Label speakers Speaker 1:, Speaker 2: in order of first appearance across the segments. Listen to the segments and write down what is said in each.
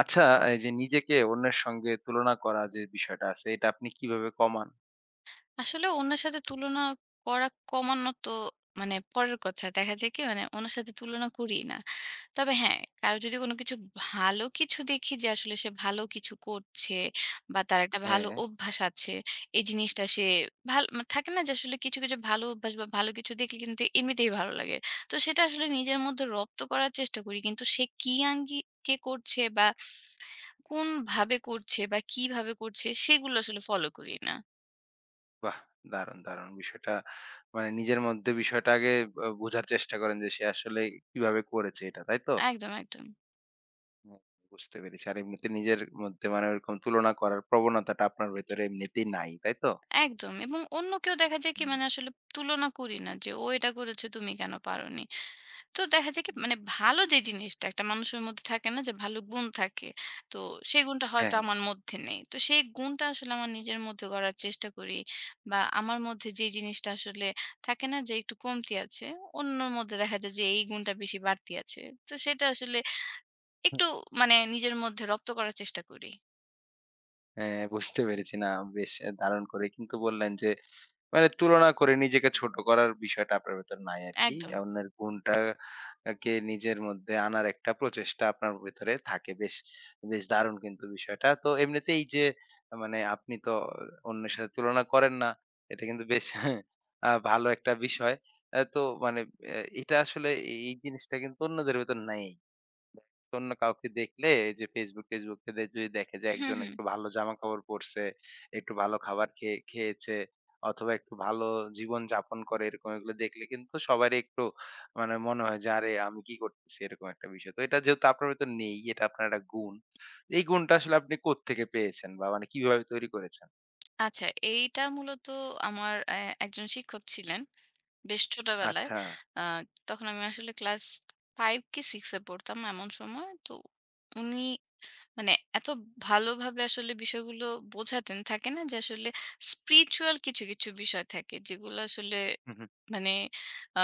Speaker 1: আচ্ছা, এই যে নিজেকে অন্যের সঙ্গে তুলনা করা যে বিষয়টা আছে, এটা আপনি কিভাবে কমান?
Speaker 2: আসলে ওনার সাথে তুলনা করা কমানো তো মানে পরের কথা। দেখা যায় কি মানে ওনার সাথে তুলনা করিই না। তবে হ্যাঁ, কারো যদি কোনো কিছু ভালো কিছু দেখি যে আসলে সে ভালো কিছু করছে বা তার একটা ভালো
Speaker 1: হ্যাঁ,
Speaker 2: অভ্যাস আছে। এই জিনিসটা সে ভাল মা থাকে না যে আসলে কিছু, কিছু ভালো অভ্যাস বা ভালো কিছু দেখলে কিন্তু এমনিতেই ভালো লাগে। তো সেটা আসলে নিজের মধ্যে রপ্ত করার চেষ্টা করি। কিন্তু সে কি আঙ্গিকে করছে বা কোনভাবে করছে বা কিভাবে করছে সেগুলো আসলে ফলো করি না।
Speaker 1: বাহ! দারুণ, দারুণ বিষয়টা। মানে নিজের মধ্যে বিষয়টা আগে বোঝার চেষ্টা করেন যে সে আসলে কিভাবে করেছে এটা, তাই তো?
Speaker 2: একদম, একদম।
Speaker 1: হ্যাঁ, বুঝতে পেরেছি। আর এমনিতে নিজের মধ্যে মানে ওরকম তুলনা করার প্রবণতাটা আপনার ভেতরে এমনিতেই নাই, তাই তো?
Speaker 2: একদম। এবং অন্য কেউ দেখা যায় কি
Speaker 1: হুম,
Speaker 2: মানে আসলে তুলনা করি না যে, "ও এটা করেছে, তুমি কেন পারোনি?" তো দেখা যায় কি
Speaker 1: হুম।
Speaker 2: মানে ভালো যে জিনিসটা একটা মানুষের মধ্যে থাকে না যে ভালো গুণ থাকে। তো সেই গুণটা হয়তো
Speaker 1: হ্যাঁ,
Speaker 2: আমার মধ্যে নেই। তো সেই গুণটা আসলে আমার নিজের মধ্যে গড়ার চেষ্টা করি বা আমার মধ্যে যে জিনিসটা আসলে থাকে না যে একটু কমতি আছে, অন্যর মধ্যে দেখা যায় যে এই গুণটা বেশি বাড়তি আছে। তো সেটা আসলে একটু মানে নিজের মধ্যে রপ্ত করার চেষ্টা করি।
Speaker 1: হ্যাঁ, বুঝতে পেরেছি। না, বেশ দারুণ করে কিন্তু বললেন যে মানে তুলনা করে নিজেকে ছোট করার বিষয়টা আপনার ভেতর নাই আরকি।
Speaker 2: একদম।
Speaker 1: অন্যের গুণটা কে নিজের মধ্যে আনার একটা প্রচেষ্টা আপনার ভেতরে থাকে। বেশ, বেশ দারুণ কিন্তু বিষয়টা। তো এমনিতেই যে মানে আপনি তো অন্যের সাথে তুলনা করেন না। এটা কিন্তু বেশ ভালো একটা বিষয়। তো মানে এ এটা আসলে এই জিনিসটা কিন্তু অন্যদের ভেতর নাই। অন্য কাউকে দেখলে এই যে Facebook টেসবুক তে যদি দেখে যে
Speaker 2: হু,
Speaker 1: একজন
Speaker 2: হু।
Speaker 1: একটু ভালো জামাকাপড় পরছে, একটু ভালো খাবার খেয়েছে অথবা একটু ভালো জীবন যাপন করে এরকম এগুলো দেখলে কিন্তু সবারই একটু মানে মনে হয় যে আরে আমি কি করতেছি এরকম একটা বিষয়। তো এটা যেহেতু আপনার ভেতর নেই, এটা আপনার একটা গুণ। এই গুণটা আসলে আপনি কোত্থেকে পেয়েছেন বা মানে কিভাবে তৈরি করেছেন?
Speaker 2: আচ্ছা, এইটা মূলত আমার একজন শিক্ষক ছিলেন বেশ ছোটবেলায়।
Speaker 1: আচ্ছা।
Speaker 2: আ তখন আমি আসলে ক্লাস ৫ কি ৬ এ পড়তাম এমন সময়। তো উনি মানে এত ভালোভাবে আসলে বিষয়গুলো বোঝাতেন, থাকে না যে আসলে স্পিরিচুয়াল কিছু, কিছু বিষয় থাকে যেগুলো আসলে
Speaker 1: হু, হু।
Speaker 2: মানে আ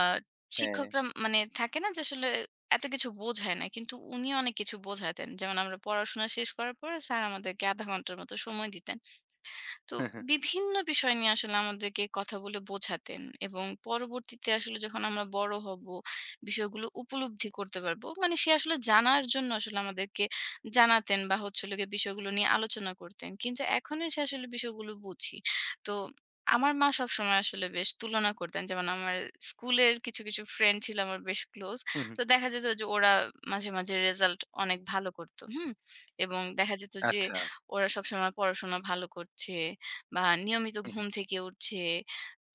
Speaker 1: হ্যাঁ।
Speaker 2: শিক্ষকরা মানে থাকে না যে আসলে এত কিছু বোঝায় না। কিন্তু উনি অনেক কিছু বোঝাতেন। যেমন আমরা পড়াশোনা শেষ করার পরে স্যার আমাদেরকে ০.৫ ঘন্টার মতো সময় দিতেন। তো
Speaker 1: হু, হু।
Speaker 2: বিভিন্ন বিষয় নিয়ে আসলে আমাদেরকে কথা বলে বোঝাতেন এবং পরবর্তীতে আসলে যখন আমরা বড় হব বিষয়গুলো উপলব্ধি করতে পারবো মানে সে আসলে জানার জন্য আসলে আমাদেরকে জানাতেন বা হচ্ছে হলো গিয়ে বিষয়গুলো নিয়ে আলোচনা করতেন কিন্তু এখন এসে আসলে বিষয়গুলো বুঝি তো আমার মা সবসময় আসলে বেশ তুলনা করতেন যেমন আমার স্কুলের কিছু কিছু ফ্রেন্ড ছিল আমার বেশ ক্লোজ
Speaker 1: হু, হু।
Speaker 2: তো দেখা যেত যে ওরা মাঝে মাঝে রেজাল্ট অনেক ভালো করতো হুম এবং দেখা যেত যে
Speaker 1: আচ্ছা।
Speaker 2: ওরা সবসময় পড়াশোনা ভালো করছে বা নিয়মিত
Speaker 1: হু, হু।
Speaker 2: ঘুম থেকে উঠছে।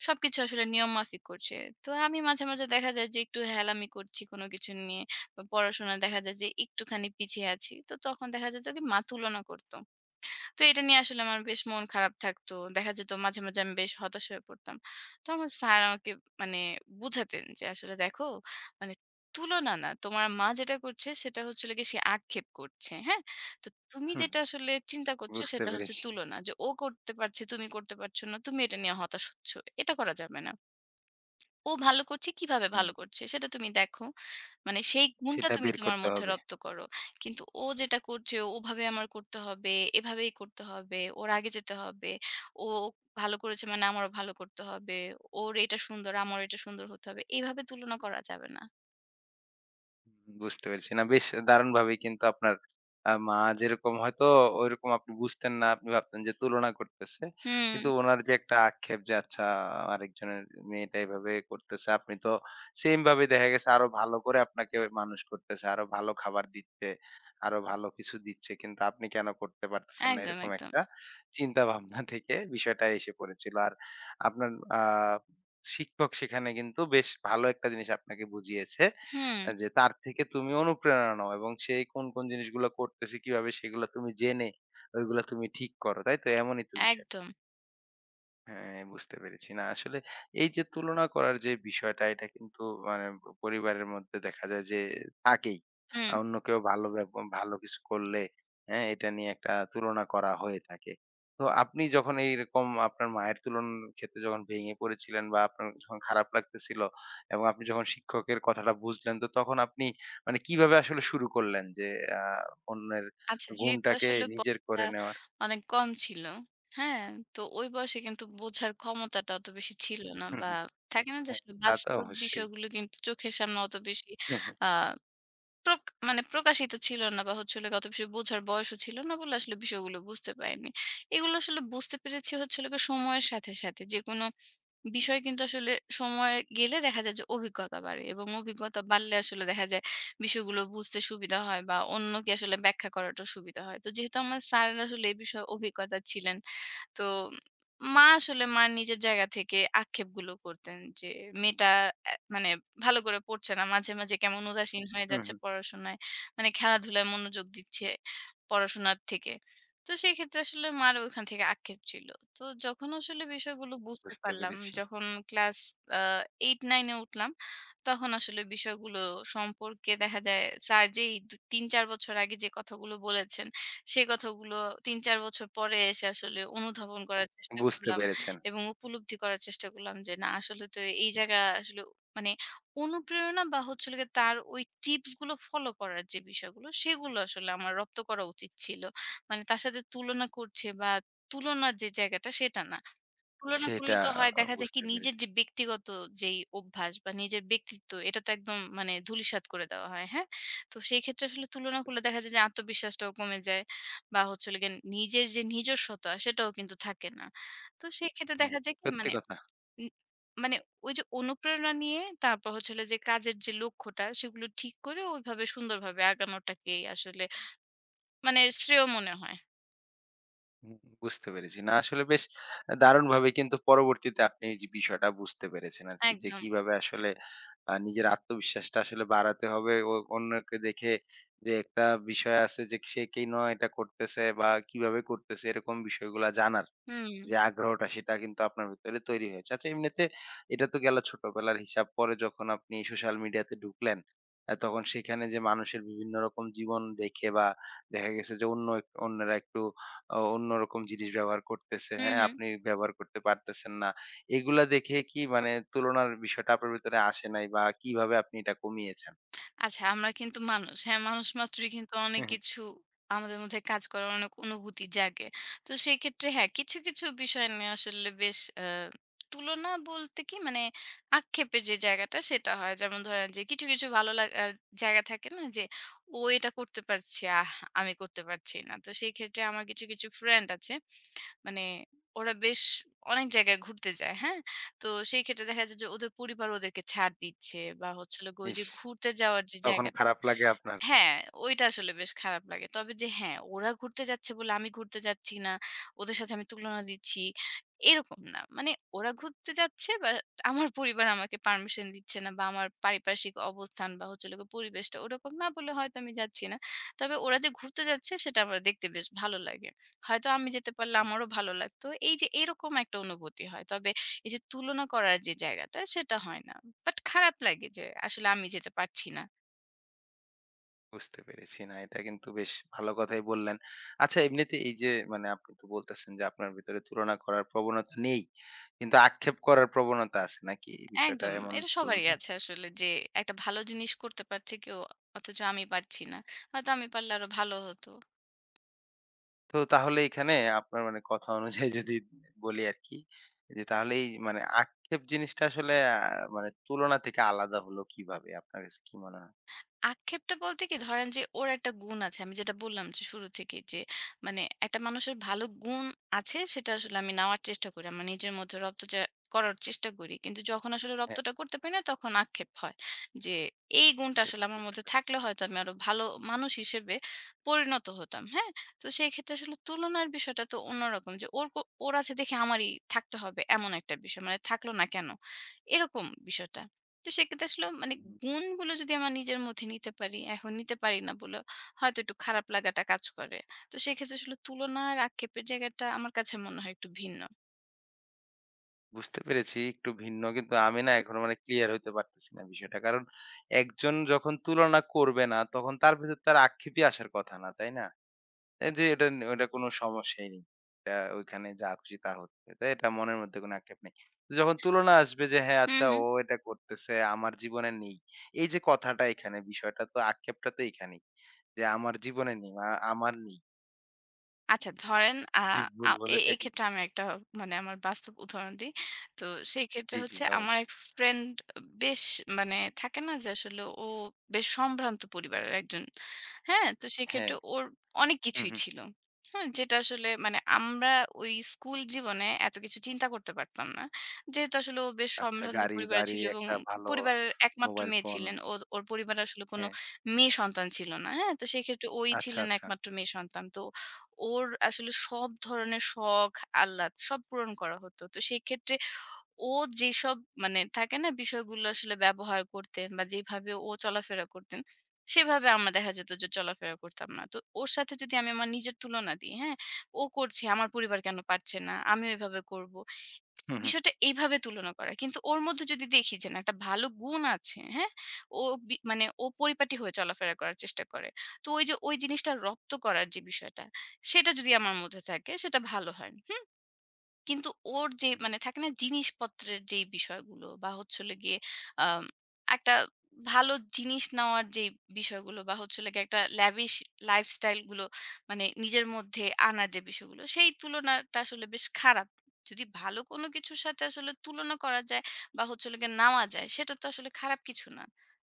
Speaker 2: সবকিছু আসলে নিয়ম মাফিক করছে। তো আমি মাঝে, মাঝে দেখা যায় যে একটু হেলামি করছি কোনো কিছু নিয়ে। বা পড়াশোনায় দেখা যায় যে একটুখানি পিছিয়ে আছি। তো তখন দেখা যেত কি মা তুলনা করত। তো এটা নিয়ে আসলে আমার বেশ মন খারাপ থাকতো। দেখা যেত মাঝে, মাঝে আমি বেশ হতাশ হয়ে পড়তাম। তো আমার স্যার আমাকে মানে বুঝাতেন যে, "আসলে দেখো মানে তুলনা না। তোমার মা যেটা করছে সেটা হচ্ছে হলো গিয়ে সে আক্ষেপ করছে, হ্যাঁ? তো তুমি
Speaker 1: হু,
Speaker 2: যেটা আসলে চিন্তা করছো
Speaker 1: বুঝতে
Speaker 2: সেটা হচ্ছে
Speaker 1: পেরেছি।
Speaker 2: তুলনা। যে ও করতে পারছে, তুমি করতে পারছো না। তুমি এটা নিয়ে হতাশ হচ্ছ। এটা করা যাবে না।" ও ভালো করছে, কিভাবে
Speaker 1: হুম।
Speaker 2: ভালো করছে সেটা তুমি দেখো। মানে সেই গুণটা
Speaker 1: সেটা
Speaker 2: তুমি
Speaker 1: বের
Speaker 2: তোমার
Speaker 1: করতে
Speaker 2: মধ্যে
Speaker 1: হবে।
Speaker 2: রপ্ত করো। কিন্তু ও যেটা করছে ওভাবে আমার করতে হবে, এভাবেই করতে হবে, ওর আগে যেতে হবে। ও ভালো করেছে মানে আমারও ভালো করতে হবে। ওর এটা সুন্দর, আমারও এটা সুন্দর হতে হবে। এইভাবে তুলনা করা যাবে না।
Speaker 1: বুঝতে পেরেছি। না বেশ দারুণভাবেই কিন্তু আপনার মা যেরকম হয়তো ওইরকম আপনি বুঝতেন না। আপনি ভাবতেন যে তুলনা করতেছে।
Speaker 2: হুম,
Speaker 1: কিন্তু উনার যে একটা আক্ষেপ যে আচ্ছা আরেকজনের মেয়েটা এভাবে করতেছে। আপনি তো সেম ভাবে দেখা গেছে আরো ভালো করে আপনাকে মানুষ করতেছে। আরো ভালো খাবার দিচ্ছে, আরো ভালো কিছু দিচ্ছে। কিন্তু আপনি কেন করতে পারতেছেন না
Speaker 2: একদম,
Speaker 1: এরকম
Speaker 2: একদম।
Speaker 1: একটা চিন্তা ভাবনা থেকে বিষয়টা এসে পড়েছিল। আর আপনার আ শিক্ষক সেখানে কিন্তু বেশ ভালো একটা জিনিস আপনাকে বুঝিয়েছে।
Speaker 2: হুম,
Speaker 1: যে তার থেকে তুমি অনুপ্রেরণা নাও এবং সে কোন, কোন জিনিসগুলা করতেছে কিভাবে সেগুলা তুমি জেনে ওইগুলা তুমি ঠিক করো। তাই তো? এমনই তো বিষয়।
Speaker 2: একদম।
Speaker 1: হ্যাঁ, বুঝতে পেরেছি। না আসলে এই যে তুলনা করার যে বিষয়টা এটা কিন্তু মানে পরিবারের মধ্যে দেখা যায় যে থাকেই।
Speaker 2: হুম।
Speaker 1: অন্য কেউ ভালো ভালো কিছু করলে হ্যাঁ, এটা নিয়ে একটা তুলনা করা হয়ে থাকে। তো আপনি যখন এইরকম আপনার মায়ের তুলনার ক্ষেত্রে যখন ভেঙে পড়েছিলেন বা আপনার যখন খারাপ লাগতেছিল এবং আপনি যখন শিক্ষকের কথাটা বুঝলেন তো তখন আপনি মানে কিভাবে আসলে শুরু করলেন যে আ অন্যের
Speaker 2: আচ্ছা যেহেতু
Speaker 1: গুণটাকে
Speaker 2: আসলে
Speaker 1: নিজের
Speaker 2: বয়সটা
Speaker 1: করে নেওয়ার?
Speaker 2: অনেক কম ছিল, হ্যাঁ? তো ওই বয়সে কিন্তু বোঝার ক্ষমতাটা অত বেশি ছিল না
Speaker 1: হুম,
Speaker 2: বা
Speaker 1: হুম।
Speaker 2: থাকে না যে
Speaker 1: হ্যাঁ,
Speaker 2: আসলে
Speaker 1: তা তো
Speaker 2: বাস্তব
Speaker 1: অবশ্যই।
Speaker 2: বিষয়গুলো কিন্তু চোখের সামনে অত বেশি
Speaker 1: হু, হু।
Speaker 2: আ প্রক মানে প্রকাশিত ছিল না বা হচ্ছে হল গিয়ে অত বেশি বোঝার বয়সও ছিল না বলে আসলে বিষয়গুলো বুঝতে পারিনি। এগুলো আসলে বুঝতে পেরেছি হচ্ছে হল গিয়ে সময়ের সাথে, সাথে। যেকোনো বিষয় কিন্তু আসলে সময় গেলে দেখা যায় যে অভিজ্ঞতা বাড়ে এবং অভিজ্ঞতা বাড়লে আসলে দেখা যায় বিষয়গুলো বুঝতে সুবিধা হয় বা অন্যকে আসলে ব্যাখ্যা করাটা সুবিধা হয়। তো যেহেতু আমার স্যার আসলে এই বিষয়ে অভিজ্ঞতা ছিলেন তো মা আসলে মার নিজের জায়গা থেকে আক্ষেপগুলো করতেন যে মেয়েটা এ মানে ভালো করে পড়ছে না। মাঝে, মাঝে কেমন উদাসীন হয়ে
Speaker 1: হু,
Speaker 2: যাচ্ছে
Speaker 1: হু।
Speaker 2: পড়াশোনায়। মানে খেলাধুলায় মনোযোগ দিচ্ছে পড়াশোনার থেকে। তো সেক্ষেত্রে আসলে মার ওখান থেকে আক্ষেপ ছিল। তো যখন আসলে বিষয়গুলো বুঝতে
Speaker 1: বুঝতে
Speaker 2: পারলাম,
Speaker 1: পেরেছি।
Speaker 2: যখন ক্লাস আ ৮-৯ এ উঠলাম, তখন আসলে বিষয়গুলো সম্পর্কে দেখা যায় স্যার যেই ৩-৪ বছর আগে যে কথাগুলো বলেছেন সেই কথাগুলো ৩-৪ বছর পরে এসে আসলে অনুধাবন করার চেষ্টা
Speaker 1: বুঝতে
Speaker 2: করলাম
Speaker 1: পেরেছেন।
Speaker 2: এবং উপলব্ধি করার চেষ্টা করলাম যে না আসলে তো এই জায়গা আসলে মানে অনুপ্রেরণা বা হচ্ছে হলো গিয়ে তার ওই টিপস গুলো ফলো করার যে বিষয়গুলো সেগুলো আসলে আমার রপ্ত করা উচিত ছিল। মানে তার সাথে তুলনা করছে বা তুলনার যে জায়গাটা সেটা না। তুলনা করলে
Speaker 1: সেটা
Speaker 2: তো হয় দেখা যায় কি
Speaker 1: বুঝতে
Speaker 2: নিজের
Speaker 1: পেরেছি,
Speaker 2: যে ব্যক্তিগত যেই অভ্যাস বা নিজের ব্যক্তিত্ব এটা তো একদম মানে ধূলিসাৎ করে দেওয়া হয়। হ্যাঁ? তো সেই ক্ষেত্রে আসলে তুলনা
Speaker 1: বুঝতে
Speaker 2: করলে দেখা
Speaker 1: পেরেছি।
Speaker 2: যায় যে আত্মবিশ্বাসটাও কমে যায় বা হচ্ছে হলো গিয়ে নিজের যে নিজস্বতা সেটাও কিন্তু থাকে না। তো সেক্ষেত্রে
Speaker 1: হ্যাঁ,
Speaker 2: দেখা যায় কি
Speaker 1: সত্যি
Speaker 2: মানে
Speaker 1: কথা।
Speaker 2: নি মানে ওই যে অনুপ্রেরণা নিয়ে তারপর হচ্ছে হলো যে কাজের যে লক্ষ্যটা সেগুলো ঠিক করে ওইভাবে সুন্দরভাবে আগানোটাকেই আসলে মানে শ্রেয় মনে হয়।
Speaker 1: হুম, বুঝতে পেরেছি। না আসলে বেশ দারুণভাবে কিন্তু পরবর্তীতে আপনি এই যে বিষয়টা বুঝতে পেরেছেন আরকি যে
Speaker 2: একদম।
Speaker 1: কিভাবে আসলে নিজের আত্মবিশ্বাসটা আসলে বাড়াতে হবে। ও অন্যকে দেখে যে একটা বিষয় আছে যে সে কেন এটা করতেছে বা কিভাবে করতেছে এরকম বিষয়গুলা জানার।
Speaker 2: হুম।
Speaker 1: যে আগ্রহটা সেটা কিন্তু আপনার ভিতরে তৈরি হয়েছে। আচ্ছা এমনিতে এটা তো গেল ছোটবেলার হিসাব। পরে যখন আপনি সোশ্যাল মিডিয়াতে ঢুকলেন, তখন সেখানে যে মানুষের বিভিন্ন রকম জীবন দেখে বা দেখা গেছে যে অন্য অন্যরা একটু অন্যরকম জিনিস ব্যবহার করতেছে,
Speaker 2: হু,
Speaker 1: হ্যাঁ?
Speaker 2: হু।
Speaker 1: আপনি ব্যবহার করতে পারতেছেন না। এগুলা দেখে কি মানে তুলনার বিষয়টা আপনার ভিতরে আসে নাই বা কিভাবে আপনি এটা কমিয়েছেন?
Speaker 2: আচ্ছা, আমরা কিন্তু মানুষ। হ্যাঁ, মানুষ মাত্রই কিন্তু অনেক কিছু আমাদের মধ্যে কাজ করে, অনেক অনুভূতি জাগে। তো সেক্ষেত্রে হ্যাঁ, কিছু, কিছু বিষয় নিয়ে আসলে বেশ তুলনা বলতে কি মানে আক্ষেপের যে জায়গাটা সেটা হয়। যেমন ধরেন যে কিছু, কিছু ভালো লাগার জায়গা থাকে না যে, "ও এটা করতে পারছে, আহ! আমি করতে পারছি না।" তো সেই ক্ষেত্রে আমার কিছু, কিছু ফ্রেন্ড আছে। মানে ওরা বেশ অনেক জায়গায় ঘুরতে যায়, হ্যাঁ? তো সেই ক্ষেত্রে দেখা যায় যে ওদের পরিবার ওদেরকে ছাড় দিচ্ছে বা হচ্ছে হলো গিয়ে ওই যে
Speaker 1: ইস!
Speaker 2: ঘুরতে যাওয়ার যে
Speaker 1: তখন
Speaker 2: জায়গাটা
Speaker 1: খারাপ লাগে আপনার?
Speaker 2: হ্যাঁ, ওইটা আসলে বেশ খারাপ লাগে। তবে যে হ্যাঁ, ওরা ঘুরতে যাচ্ছে বলে আমি ঘুরতে যাচ্ছি না, ওদের সাথে আমি তুলনা দিচ্ছি, এরকম না। মানে ওরা ঘুরতে যাচ্ছে বা আমার পরিবার আমাকে পারমিশন দিচ্ছে না বা আমার পারিপার্শ্বিক অবস্থান বা হচ্ছে হলো গিয়ে পরিবেশটা ওরকম না বলে হয়তো আমি যাচ্ছি না। তবে ওরা যে ঘুরতে যাচ্ছে সেটা আমার দেখতে বেশ ভালো লাগে। হয়তো আমি যেতে পারলে আমারও ভালো লাগতো। এই যে এরকম একটা অনুভূতি হয়। তবে এই যে তুলনা করার যে জায়গাটা সেটা হয় না। বাট খারাপ লাগে যে আসলে আমি যেতে পারছি না।
Speaker 1: বুঝতে পেরেছি। না, এটা কিন্তু বেশ ভালো কথাই বললেন। আচ্ছা এমনিতে এই যে মানে আপনি তো বলতেছেন যে আপনার ভিতরে তুলনা করার প্রবণতা নেই। কিন্তু আক্ষেপ করার প্রবণতা আছে নাকি? এই বিষয়টা
Speaker 2: একদম।
Speaker 1: এমন
Speaker 2: এটা
Speaker 1: তো
Speaker 2: সবারই
Speaker 1: না?
Speaker 2: আছে আসলে যে একটা ভালো জিনিস করতে পারছে কেউ অথচ আমি পারছি না। হয়তো আমি পারলে আরো ভালো হতো।
Speaker 1: তো তাহলে এখানে আপনার মানে কথা অনুযায়ী যদি বলি আরকি যে তাহলে এই মানে আক্ষেপ জিনিসটা আসলে মানে তুলনা থেকে আলাদা হলো কিভাবে? আপনার কাছে কি মনে হয়?
Speaker 2: আক্ষেপটা বলতে কি ধরেন যে ওর একটা গুণ আছে। আমি যেটা বললাম যে শুরু থেকেই যে মানে একটা মানুষের ভালো গুণ আছে সেটা আসলে আমি নেওয়ার চেষ্টা করি। আমার নিজের মধ্যে করার চেষ্টা করি। কিন্তু যখন আসলে
Speaker 1: হ্যাঁ,
Speaker 2: রপ্তটা করতে পারি না তখন আক্ষেপ হয়। যে এই গুণটা আসলে
Speaker 1: একেবারে
Speaker 2: আমার
Speaker 1: বুঝতে
Speaker 2: মধ্যে
Speaker 1: পেরেছি।
Speaker 2: থাকলে হয়তো আমি আরো ভালো মানুষ হিসেবে পরিণত হতাম। হ্যাঁ? তো সেই ক্ষেত্রে আসলে তুলনার বিষয়টা তো অন্যরকম। যে ওর আছে দেখে আমারই থাকতে হবে এমন একটা বিষয়। মানে থাকলো না কেন? এরকম বিষয়টা। তো সেক্ষেত্রে আসলে মানে গুণগুলো যদি আমার নিজের মধ্যে নিতে পারি, এখন নিতে পারি না বলে হয়তো একটু খারাপ লাগাটা কাজ করে। তো সেক্ষেত্রে আসলে তুলনার আক্ষেপের জায়গাটা আমার কাছে মনে হয় একটু ভিন্ন।
Speaker 1: বুঝতে পেরেছি একটু ভিন্ন কিন্তু আমি না এখনো মানে ক্লিয়ার হইতে পারতেছি না বিষয়টা। কারণ একজন যখন তুলনা করবে না তখন তার ভেতর তার আক্ষেপই আসার কথা না, তাই না? এই যে এটা ওটা কোনো সমস্যাই নেই। এটা ওইখানে যা খুশি তা হচ্ছে। তো এটা মনের মধ্যে কোনো আক্ষেপ নেই। যখন তুলনা আসবে যে হ্যাঁ,
Speaker 2: হু,
Speaker 1: আচ্ছা
Speaker 2: হু।
Speaker 1: ও এটা করতেছে আমার জীবনে নেই। এই যে কথাটা এখানে বিষয়টা তো আক্ষেপটা তো এখানেই। যে আমার জীবনে নেই, আমার নেই।
Speaker 2: আচ্ছা
Speaker 1: মানে,
Speaker 2: ধরেন আ
Speaker 1: জি
Speaker 2: আ
Speaker 1: ভুল
Speaker 2: এ
Speaker 1: বলে থাকি
Speaker 2: এক্ষেত্রে আমি একটা মানে আমার বাস্তব উদাহরণ দিই। তো সেই ক্ষেত্রে
Speaker 1: জি, জি
Speaker 2: হচ্ছে আমার
Speaker 1: অবশ্যই।
Speaker 2: এক ফ্রেন্ড বেশ মানে থাকে না যে আসলে ও বেশ সম্ভ্রান্ত পরিবারের একজন। হ্যাঁ? তো
Speaker 1: হ্যাঁ।
Speaker 2: সেক্ষেত্রে ওর অনেক
Speaker 1: হু,
Speaker 2: কিছুই
Speaker 1: হু।
Speaker 2: ছিল। হ্যাঁ? যেটা আসলে মানে আমরা ওই স্কুল জীবনে এত কিছু চিন্তা করতে পারতাম না। যেহেতু আসলে ও বেশ
Speaker 1: আচ্ছা
Speaker 2: সম্ভ্রান্ত
Speaker 1: গাড়ি,
Speaker 2: পরিবারে
Speaker 1: বাড়ি,
Speaker 2: ছিল এবং
Speaker 1: একটা ভালো
Speaker 2: পরিবারের একমাত্র
Speaker 1: মোবাইল
Speaker 2: মেয়ে
Speaker 1: ফোন।
Speaker 2: ছিলেন। ওর ওর পরিবারে আসলে কোনো
Speaker 1: হ্যাঁ,
Speaker 2: মেয়ে সন্তান ছিল না। হ্যাঁ? তো সেক্ষেত্রে ওই
Speaker 1: আচ্ছা,
Speaker 2: ছিলেন
Speaker 1: আচ্ছা।
Speaker 2: একমাত্র মেয়ে সন্তান। তো ওর আসলে সব ধরনের শখ, আহ্লাদ সব পূরণ করা হতো। তো সেই ক্ষেত্রে ও যেসব মানে থাকে না বিষয়গুলো আসলে ব্যবহার করতেন বা যেভাবে ও চলাফেরা করতেন, সেভাবে আমরা দেখা যেত যে চলাফেরা করতাম না। তো ওর সাথে যদি আমি আমার নিজের তুলনা দিই, হ্যাঁ? ও করছে, আমার পরিবার কেন পারছে না? আমিও এভাবে করব।
Speaker 1: হুম, হুম,
Speaker 2: বিষয়টা এইভাবে তুলনা করা। কিন্তু ওর মধ্যে যদি দেখি যে না একটা ভালো গুণ আছে, হ্যাঁ? ও বি মানে ও পরিপাটি হয়ে চলাফেরা করার চেষ্টা করে। তো ওই যে ওই জিনিসটা রপ্ত করার যে বিষয়টা, সেটা যদি আমার মধ্যে থাকে সেটা ভালো হয়। হুম? কিন্তু ওর যে
Speaker 1: হুম।
Speaker 2: মানে থাকে না জিনিসপত্রের যেই বিষয়গুলো বা হচ্ছে হলো গিয়ে আম একটা ভালো জিনিস নেওয়ার যে বিষয়গুলো বা হচ্ছে হলো গিয়ে একটা ল্যাভিশ লাইফস্টাইল গুলো মানে নিজের মধ্যে আনার যে বিষয়গুলো সেই তুলনাটা আসলে বেশ খারাপ। যদি ভালো কোনো কিছুর সাথে আসলে তুলনা করা যায় বা হচ্ছে হলো গিয়ে নেওয়া যায় সেটা তো আসলে খারাপ কিছু না।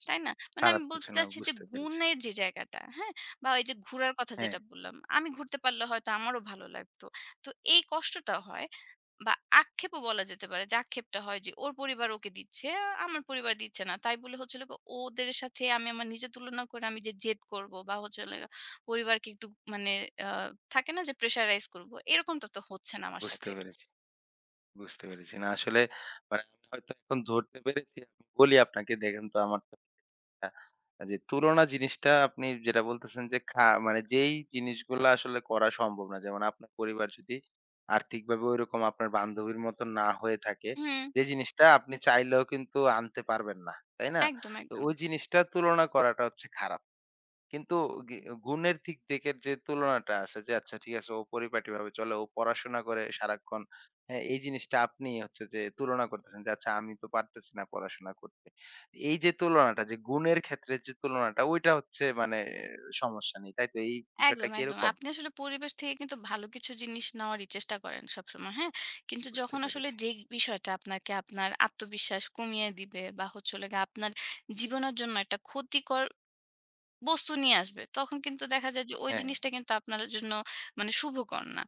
Speaker 2: তাই না? মানে আমি
Speaker 1: খারাপ
Speaker 2: বলতে
Speaker 1: কিছু না
Speaker 2: চাচ্ছি যে
Speaker 1: বুঝতে পেরেছি।
Speaker 2: গুণের যে জায়গাটা, হ্যাঁ? বা এই যে ঘুরার কথা
Speaker 1: হ্যাঁ,
Speaker 2: যেটা বললাম, আমি ঘুরতে পারলে হয়তো আমারও ভালো লাগতো। তো এই কষ্টটা হয়। বা আক্ষেপও বলা যেতে পারে যে আক্ষেপটা হয় যে ওর পরিবার ওকে দিচ্ছে, আমার পরিবার দিচ্ছে না। তাই বলে হচ্ছে হলো গিয়ে ওদের সাথে আমি আমার নিজের তুলনা করে আমি যে জেদ করব বা হচ্ছে হলো গিয়ে পরিবারকে একটু মানে আ থাকে না যে প্রেশারাইজ করব। এরকমটা তো হচ্ছে না আমার
Speaker 1: বুঝতে
Speaker 2: সাথে।
Speaker 1: পেরেছি। বুঝতে পেরেছি। না আসলে মানে আমি হয়তো এখন ধরতে পেরেছি। আমি বলি আপনাকে দেখেন তো আমার তো যে তুলনা জিনিসটা আপনি যেটা বলতেছেন যে মানে যেই জিনিসগুলা আসলে করা সম্ভব না। যেমন আপনার পরিবার যদি আর্থিকভাবে ঐরকম আপনার বান্ধবীর মতো না হয়ে থাকে,
Speaker 2: হুম,
Speaker 1: যে জিনিসটা আপনি চাইলেও কিন্তু আনতে পারবেন না। তাই না?
Speaker 2: একদম,
Speaker 1: তো
Speaker 2: একদম।
Speaker 1: ওই জিনিসটা তুলনা করাটা হচ্ছে খারাপ। কিন্তু গি গুণের দিক থেকে যে তুলনাটা আছে যে আচ্ছা ঠিক আছে ও পরিপাটিভাবে চলে, ও পড়াশোনা করে সারাক্ষণ। হ্যাঁ, এই জিনিসটা আপনি হচ্ছে যে তুলনা করতেছেন যে আচ্ছা আমি তো পারতেছি না পড়াশোনা করতে। এই যে তুলনাটা যে গুণের ক্ষেত্রে যে তুলনাটা ওইটা হচ্ছে মানে সমস্যা নেই। তাই তো এই বিষয়টা
Speaker 2: একদম,
Speaker 1: কি
Speaker 2: একদম।
Speaker 1: এরকম?
Speaker 2: আপনি আসলে পরিবেশ থেকে কিন্তু ভালো কিছু জিনিস নেওয়ারই চেষ্টা করেন সবসময়, হ্যাঁ? কিন্তু
Speaker 1: বুঝতে
Speaker 2: যখন আসলে
Speaker 1: পেরেছি।
Speaker 2: যে বিষয়টা আপনাকে আপনার আত্মবিশ্বাস কমিয়ে দিবে বা হচ্ছে হলো গিয়ে আপনার জীবনের জন্য একটা ক্ষতিকর বস্তু নিয়ে আসবে। তখন কিন্তু দেখা যায় যে ওই
Speaker 1: হ্যাঁ,
Speaker 2: জিনিসটা কিন্তু আপনার জন্য মানে শুভকর না।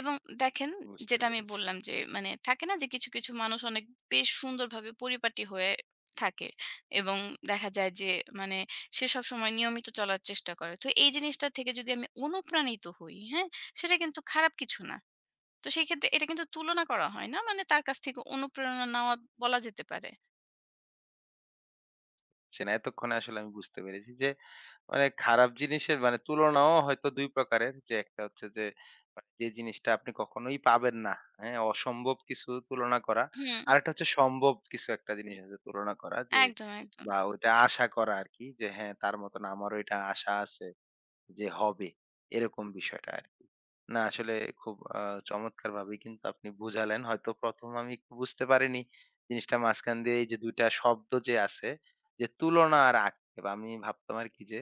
Speaker 2: এবং দেখেন
Speaker 1: বুঝতে
Speaker 2: যেটা আমি
Speaker 1: পেরেছি।
Speaker 2: বললাম যে মানে থাকে না যে কিছু, কিছু মানুষ অনেক বেশ সুন্দরভাবে পরিপাটি হয়ে থাকে এবং দেখা যায় যে মানে সে সবসময় নিয়মিত চলার চেষ্টা করে। তো এই জিনিসটা থেকে যদি আমি অনুপ্রাণিত হই, হ্যাঁ? সেটা কিন্তু খারাপ কিছু না। তো সেক্ষেত্রে এটা কিন্তু তুলনা করা হয় না। মানে তার কাছ থেকে অনুপ্রেরণা নেওয়া বলা যেতে পারে।
Speaker 1: আচ্ছা, না এতক্ষণে আসলে আমি বুঝতে পেরেছি যে মানে খারাপ জিনিসের মানে তুলনাও হয়তো ২ প্রকারের। যে একটা হচ্ছে যে মানে যে জিনিসটা আপনি কখনোই পাবেন না, হ্যাঁ? অসম্ভব কিছু তুলনা করা।
Speaker 2: হুম,
Speaker 1: আরেকটা হচ্ছে সম্ভব কিছু একটা জিনিস আছে তুলনা করা যে
Speaker 2: একদম, একদম।
Speaker 1: বা ওইটা আশা করা আরকি যে হ্যাঁ, তার মতন আমারও এটা আশা আছে যে হবে। এরকম বিষয়টা আরকি। না আসলে খুব চমৎকার ভাবেই কিন্তু আপনি বুঝালেন। হয়তো ১ম আমি একটু বুঝতে পারিনি। জিনিসটা মাঝখান দিয়ে এই যে ২ টা শব্দ যে আছে, যে তুলনা আর আক্ষেপ। আমি ভাবতাম আরকি যে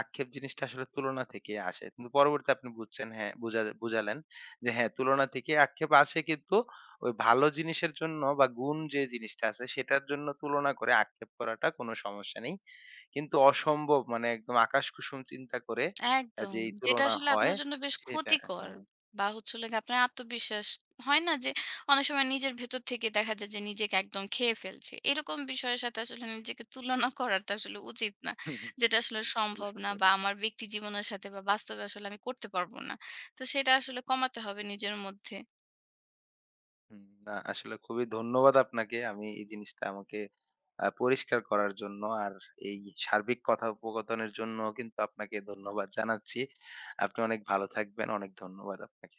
Speaker 1: আক্ষেপ জিনিসটা আসলে তুলনা থেকে আসে। কিন্তু পরবর্তীতে আপনি বুঝছেন হ্যাঁ, বুঝালেন যে হ্যাঁ, তুলনা থেকে আক্ষেপ আসে কিন্তু ওই ভালো জিনিসের জন্য বা গুণ যে জিনিসটা আছে সেটার জন্য তুলনা করে আক্ষেপ করাটা কোনো সমস্যা নেই। কিন্তু অসম্ভব মানে একদম আকাশকুসুম চিন্তা করে
Speaker 2: একদম।
Speaker 1: যে এই
Speaker 2: যেটা
Speaker 1: তুলনা
Speaker 2: আসলে
Speaker 1: হয়
Speaker 2: আপনার জন্য বেশ
Speaker 1: সেটা
Speaker 2: ক্ষতিকর
Speaker 1: হ্যাঁ।
Speaker 2: বা হচ্ছে হলো গিয়ে আপনার আত্মবিশ্বাস হয় না যে অনেক সময় নিজের ভেতর থেকে দেখা যায় যে নিজেকে একদম খেয়ে ফেলছে। এরকম বিষয়ের সাথে আসলে নিজেকে তুলনা করাটা আসলে উচিত না। যেটা আসলে সম্ভব
Speaker 1: বুঝতে
Speaker 2: না বা
Speaker 1: পেরেছি।
Speaker 2: আমার ব্যক্তি জীবনের সাথে বা বাস্তবে আসলে আমি করতে পারব না। তো সেটা আসলে কমাতে হবে নিজের মধ্যে।
Speaker 1: হুম, না আসলে খুবই ধন্যবাদ আপনাকে। আমি এই জিনিসটা আমাকে পরিষ্কার করার জন্য। আর এই সার্বিক কথোপকথনের জন্য কিন্তু আপনাকে ধন্যবাদ জানাচ্ছি। আপনি অনেক ভালো থাকবেন। অনেক ধন্যবাদ আপনাকে।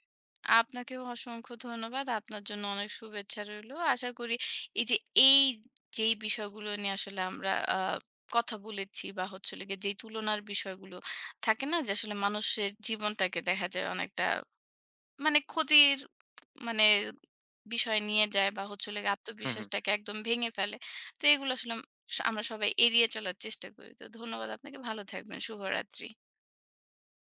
Speaker 2: আপনাকেও অসংখ্য ধন্যবাদ। আপনার জন্য অনেক শুভেচ্ছা রইলো। আশা করি এই যে এই যেই বিষয়গুলো নিয়ে আসলে আমরা কথা বলেছি বা হচ্ছে হলো গিয়ে যেই তুলনার বিষয়গুলো থাকে না? যে আসলে মানুষের জীবনটাকে দেখা যায় অনেকটা মানে ক্ষতির মানে বিষয় নিয়ে যায় বা হচ্ছে হলো গিয়ে আত্মবিশ্বাসটাকে একদম ভেঙে ফেলে। তো এগুলো আসলে আমরা সবাই এড়িয়ে চলার চেষ্টা করি। তো ধন্যবাদ আপনাকে। ভালো থাকবেন। শুভরাত্রি।